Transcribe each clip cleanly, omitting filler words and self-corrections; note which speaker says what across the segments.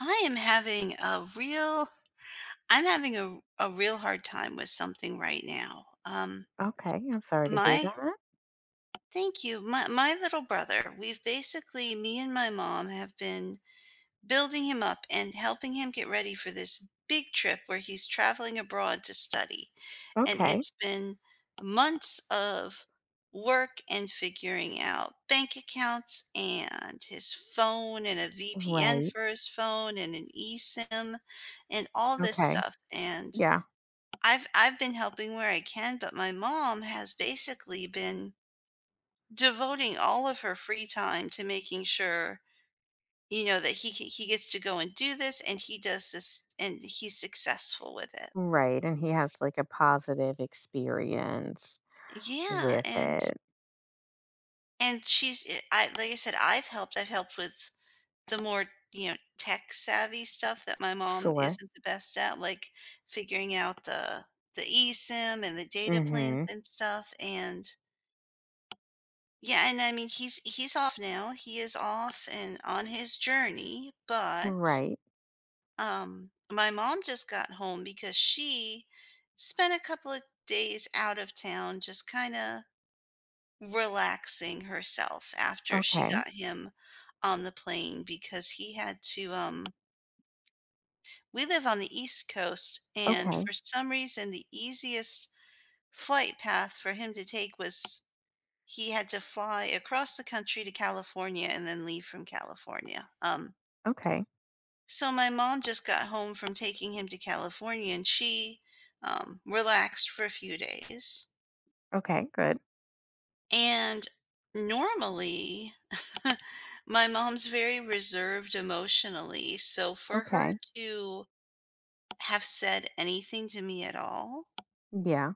Speaker 1: I am having a real I'm having a real hard time with something right now.
Speaker 2: Okay, I'm sorry to hear
Speaker 1: My
Speaker 2: that.
Speaker 1: Thank you. My little brother, we've basically me and my mom have been building him up and helping him get ready for this big trip where he's traveling abroad to study. And
Speaker 2: Okay.
Speaker 1: it's been months of work and figuring out bank accounts and his phone and a VPN
Speaker 2: Right.
Speaker 1: for his phone and an eSIM and all this
Speaker 2: Okay.
Speaker 1: stuff. And
Speaker 2: Yeah.
Speaker 1: I've been helping where I can, but my mom has basically been devoting all of her free time to making sure, that he gets to go and do this and he does this and he's successful with it.
Speaker 2: Right. And he has like a positive experience
Speaker 1: Yeah,
Speaker 2: with
Speaker 1: and
Speaker 2: it.
Speaker 1: And she's I like I said, I've helped. I've helped with the more, tech savvy stuff that my mom
Speaker 2: Sure.
Speaker 1: isn't the best at, like figuring out the eSIM and the data plans
Speaker 2: Mm-hmm.
Speaker 1: and stuff, and yeah, and I mean, he's off now. He is off and on his journey, but,
Speaker 2: Right.
Speaker 1: my mom just got home because she spent a couple of days out of town just kinda relaxing herself after she
Speaker 2: Okay.
Speaker 1: got him on the plane because he had to, we live on the East Coast, and
Speaker 2: Okay.
Speaker 1: for some reason, the easiest flight path for him to take was he had to fly across the country to California and then leave from California,
Speaker 2: Okay.
Speaker 1: so my mom just got home from taking him to California, and she, relaxed for a few days.
Speaker 2: Okay. Good.
Speaker 1: And normally, my mom's very reserved emotionally. So for her
Speaker 2: Okay.
Speaker 1: to have said anything to me at all
Speaker 2: Yeah.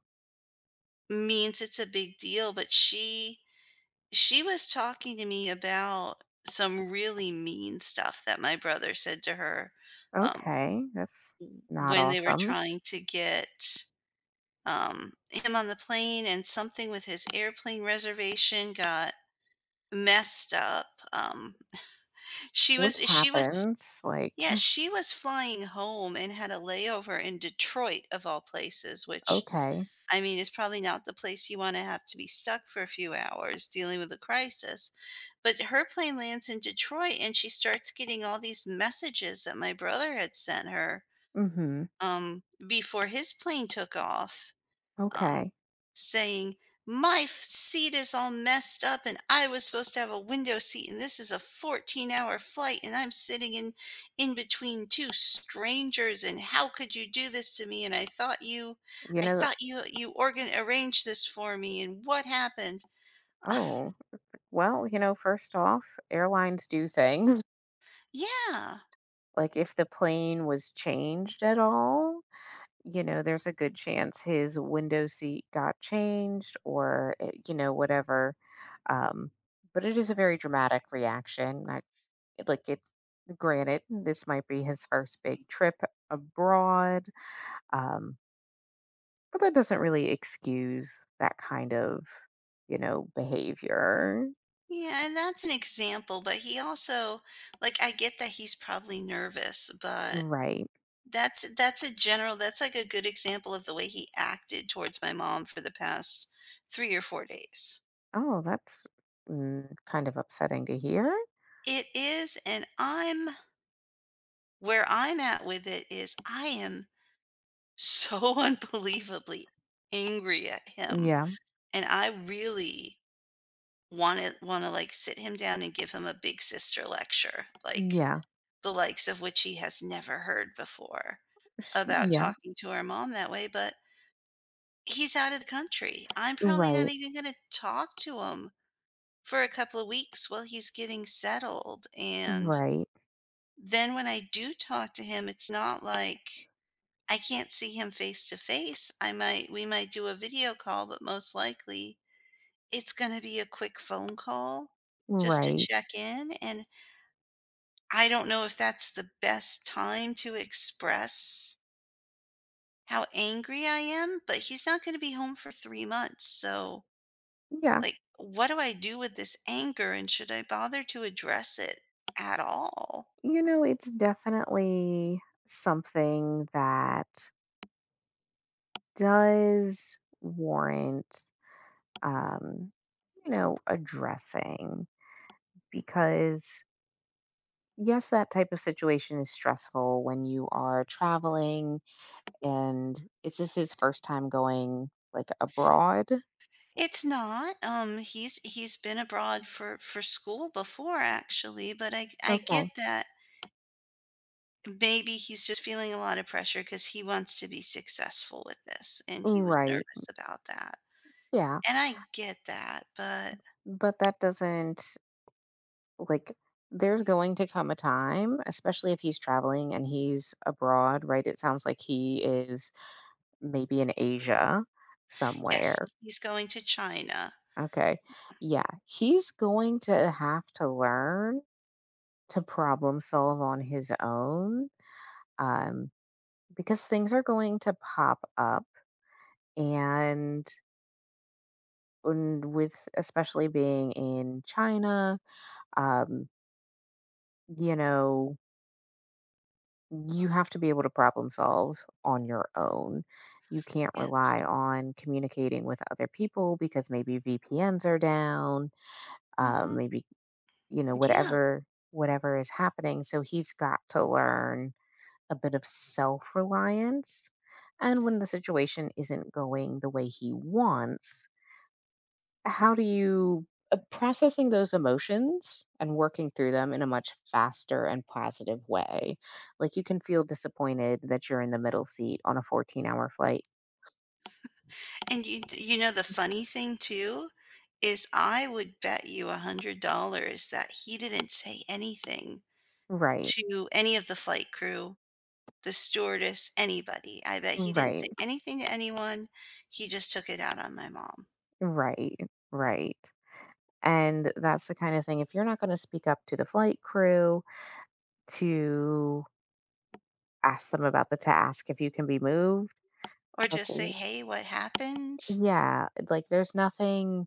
Speaker 1: means it's a big deal. But she was talking to me about some really mean stuff that my brother said to her um,
Speaker 2: Okay. That's not
Speaker 1: when they were
Speaker 2: awesome.
Speaker 1: trying to get him on the plane, and something with his airplane reservation got messed up. Um,
Speaker 2: Which
Speaker 1: she was
Speaker 2: happens. Like,
Speaker 1: Yeah, she was flying home and had a layover in Detroit of all places, which,
Speaker 2: okay.
Speaker 1: I mean, is probably not the place you wanna have to be stuck for a few hours dealing with a crisis, but her plane lands in Detroit, and she starts getting all these messages that my brother had sent her,
Speaker 2: Mm-hmm.
Speaker 1: before his plane took off um,
Speaker 2: Okay.
Speaker 1: saying, "My seat is all messed up, and I was supposed to have a window seat, and this is a 14-hour hour flight, and I'm sitting in between two strangers, and how could you do this to me? And I thought you,
Speaker 2: You know,
Speaker 1: you organ arranged this for me, and what happened?" Uh,
Speaker 2: oh, well, first off, airlines do things.
Speaker 1: Yeah.
Speaker 2: Like, if the plane was changed at all, you know, there's a good chance his window seat got changed or, you know, whatever. Um, but it is a very dramatic reaction. It's granted, this might be his first big trip abroad, um, but that doesn't really excuse that kind of, behavior.
Speaker 1: Yeah, and that's an example, but he also, like, I get that he's probably nervous, but
Speaker 2: Right.
Speaker 1: that's like a good example of the way he acted towards my mom for the past 3 or 4 days.
Speaker 2: Oh, that's kind of upsetting to hear.
Speaker 1: It is, and I'm where I'm at with it is I am so unbelievably angry at him,
Speaker 2: Yeah.
Speaker 1: and I really wanna, like, sit him down and give him a big sister lecture, like,
Speaker 2: Yeah.
Speaker 1: the likes of which he has never heard before
Speaker 2: Sh-
Speaker 1: about
Speaker 2: Yeah.
Speaker 1: talking to our mom that way, but he's out of the country. I'm probably not
Speaker 2: Right,
Speaker 1: even gonna talk to him for a couple of weeks while he's getting settled, and
Speaker 2: right,
Speaker 1: then when I do talk to him, it's not like I can't see him face to face. I might we might do a video call, but most likely it's gonna be a quick phone call just to
Speaker 2: right.
Speaker 1: check in, and I don't know if that's the best time to express how angry I am, but he's not gonna be home for 3 months. So,
Speaker 2: Yeah.
Speaker 1: like, what do I do with this anger, and should I bother to address it at all?
Speaker 2: You know, it's definitely something that does warrant, um, you know, addressing because, yes, that type of situation is stressful when you are traveling. And is this his first time going like abroad?
Speaker 1: It's not. He's been abroad for school before, actually, but I get
Speaker 2: Okay.
Speaker 1: that maybe he's just feeling a lot of pressure because he wants to be successful with this and he was
Speaker 2: Right.
Speaker 1: nervous about that.
Speaker 2: Yeah.
Speaker 1: And I get that, but
Speaker 2: But that doesn't. Like, there's going to come a time, especially if he's traveling and he's abroad, right? It sounds like he is maybe in Asia
Speaker 1: yes,
Speaker 2: somewhere.
Speaker 1: he's going to China.
Speaker 2: Okay. Yeah. He's going to have to learn to problem solve on his own, um, because things are going to pop up. And, and with especially being in China, um, you know, you have to be able to problem solve on your own. You can't
Speaker 1: Yes.
Speaker 2: rely on communicating with other people because maybe VPNs are down,
Speaker 1: Hmm.
Speaker 2: maybe you know
Speaker 1: Yeah.
Speaker 2: whatever is happening. So he's got to learn a bit of self reliance. And when the situation isn't going the way he wants, how do you processing those emotions and working through them in a much faster and positive way, like you can feel disappointed that you're in the middle seat on a 14-hour flight.
Speaker 1: And you know the funny thing too is I would bet you $100 that he didn't say anything
Speaker 2: Right,
Speaker 1: to any of the flight crew, the stewardess, anybody. I bet he didn't say
Speaker 2: right,
Speaker 1: anything to anyone. He just took it out on my mom.
Speaker 2: right, right. And that's the kind of thing, if you're not going to speak up to the flight crew, to ask them about the task if you can be moved.
Speaker 1: Or
Speaker 2: like
Speaker 1: just say,
Speaker 2: w-
Speaker 1: "Hey, what happened?"
Speaker 2: yeah, like there's nothing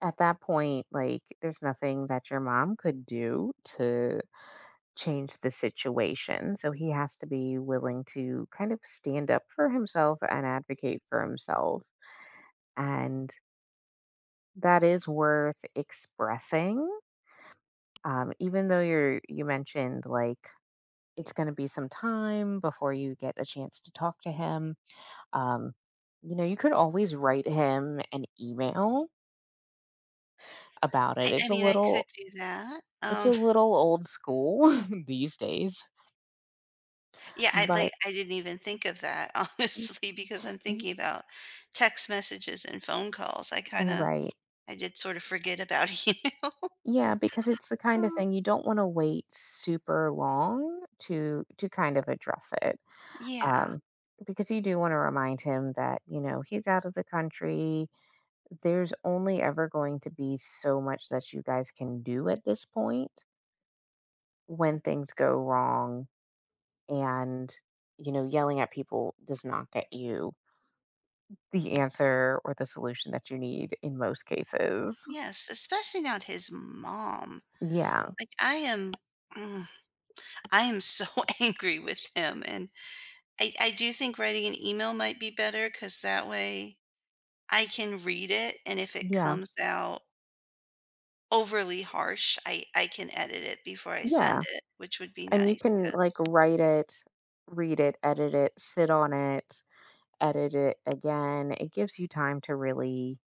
Speaker 2: at that point, like there's nothing that your mom could do to change the situation. So he has to be willing to kind of stand up for himself and advocate for himself. And that is worth expressing. Even though you mentioned like it's going to be some time before you get a chance to talk to him. Um, you know, you could always write him an email about it.
Speaker 1: I mean, I could do that,
Speaker 2: It's a little old school these days,
Speaker 1: yeah. I Like,
Speaker 2: but
Speaker 1: I didn't even think of that,
Speaker 2: Mm,
Speaker 1: honestly, because I'm
Speaker 2: mm,
Speaker 1: thinking about text messages and phone calls.
Speaker 2: right.
Speaker 1: I did sort of forget about email.
Speaker 2: Yeah, because it's the kind of
Speaker 1: Oh,
Speaker 2: thing you don't wanna wait super long to kind of address it,
Speaker 1: yeah.
Speaker 2: um, because you do wanna remind him that, you know, he's out of the country. There's only ever going to be so much that you guys can do at this point when things go wrong and, you know, yelling at people does not get you the answer or the solution that you need in most cases.
Speaker 1: Yes, especially not his mom.
Speaker 2: Yeah.
Speaker 1: Like, mm, I am so angry with him, and I do think writing an email might be better, because that way I can read it, and if it
Speaker 2: Yeah.
Speaker 1: comes out overly harsh, I can edit it before I send
Speaker 2: Yeah.
Speaker 1: it, which would be
Speaker 2: And you
Speaker 1: nice.
Speaker 2: can like
Speaker 1: Cause,
Speaker 2: write it, read it, edit it, sit on it, edit it again. It gives you time to really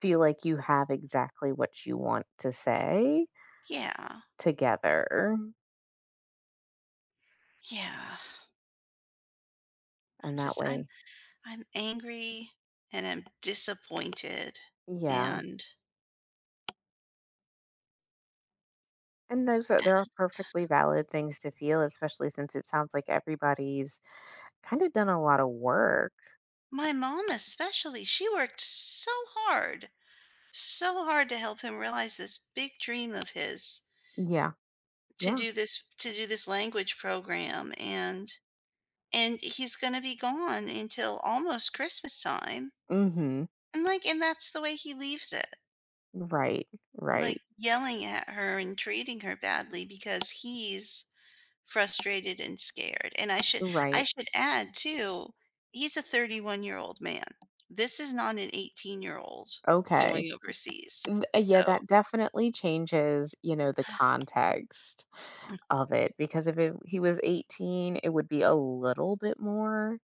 Speaker 2: feel like you have exactly what you want to say
Speaker 1: yeah.
Speaker 2: together.
Speaker 1: Yeah. I'm
Speaker 2: And that
Speaker 1: just I'm
Speaker 2: way,
Speaker 1: I'm angry and I'm disappointed.
Speaker 2: yeah.
Speaker 1: And
Speaker 2: And those are There are perfectly valid things to feel, especially since it sounds like everybody's kind of done a lot of work.
Speaker 1: my mom especially, she worked so hard to help him realize this big dream of his,
Speaker 2: Yeah.
Speaker 1: to
Speaker 2: Yeah.
Speaker 1: do this, language program, and he's going to be gone until almost Christmas time.
Speaker 2: Mm-hmm.
Speaker 1: And that's the way he leaves it.
Speaker 2: Right.
Speaker 1: Like,
Speaker 2: Right.
Speaker 1: yelling at her and treating her badly because he's frustrated and scared. And I
Speaker 2: Right.
Speaker 1: should add too, he's a 31-year-old man. This is not an 18-year-old
Speaker 2: Okay.
Speaker 1: going overseas.
Speaker 2: Yeah,
Speaker 1: So,
Speaker 2: that definitely changes, you know, the context of it, because if he was 18, it would be a little bit more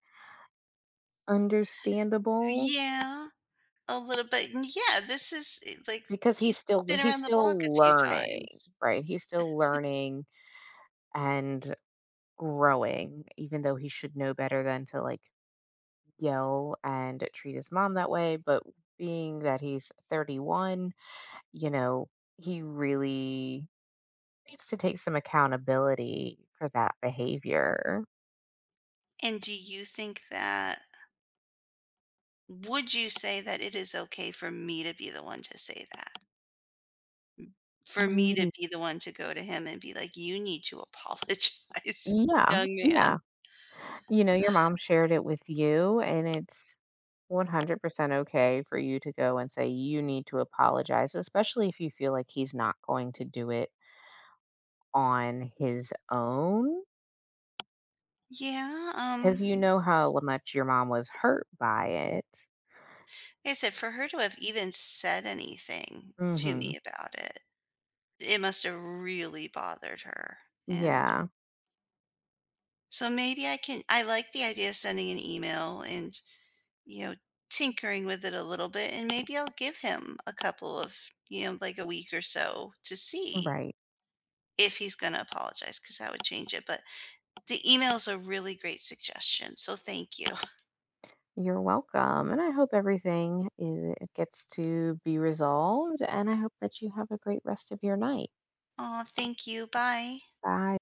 Speaker 2: understandable,
Speaker 1: yeah, a little bit, and yeah, this is, like,
Speaker 2: because
Speaker 1: he's been
Speaker 2: he's
Speaker 1: around the block a
Speaker 2: still
Speaker 1: few
Speaker 2: learning,
Speaker 1: times.
Speaker 2: right? He's still learning and growing, even though he should know better than to like yell and treat his mom that way, but being that he's 31, you know, he really needs to take some accountability for that behavior.
Speaker 1: And do you think that, would you say that it is okay for me to be the one to say that? For me to
Speaker 2: Ye
Speaker 1: be the one to go to him and be like, "You need to apologize,
Speaker 2: Yeah,
Speaker 1: young man."
Speaker 2: yeah. You know, your mom shared it with you, and it's 100% okay for you to go and say you need to apologize, especially if you feel like he's not going to do it on his own,
Speaker 1: Yeah,
Speaker 2: because you know how much your mom was hurt by it.
Speaker 1: like I said, for her to have even said anything to me
Speaker 2: Mhm.
Speaker 1: about it, it must have really bothered her, and
Speaker 2: Yeah,
Speaker 1: so maybe I like the idea of sending an email and, you know, tinkering with it a little bit, and maybe I'll give him a couple of, you know, like a week or so to see
Speaker 2: right.
Speaker 1: if he's gonna apologize, because that would change it, but the email is a really great suggestion, so thank you.
Speaker 2: You're welcome. And I hope everything is, gets to be resolved. And I hope that you have a great rest of your night.
Speaker 1: Oh, thank you, bye.
Speaker 2: Bye.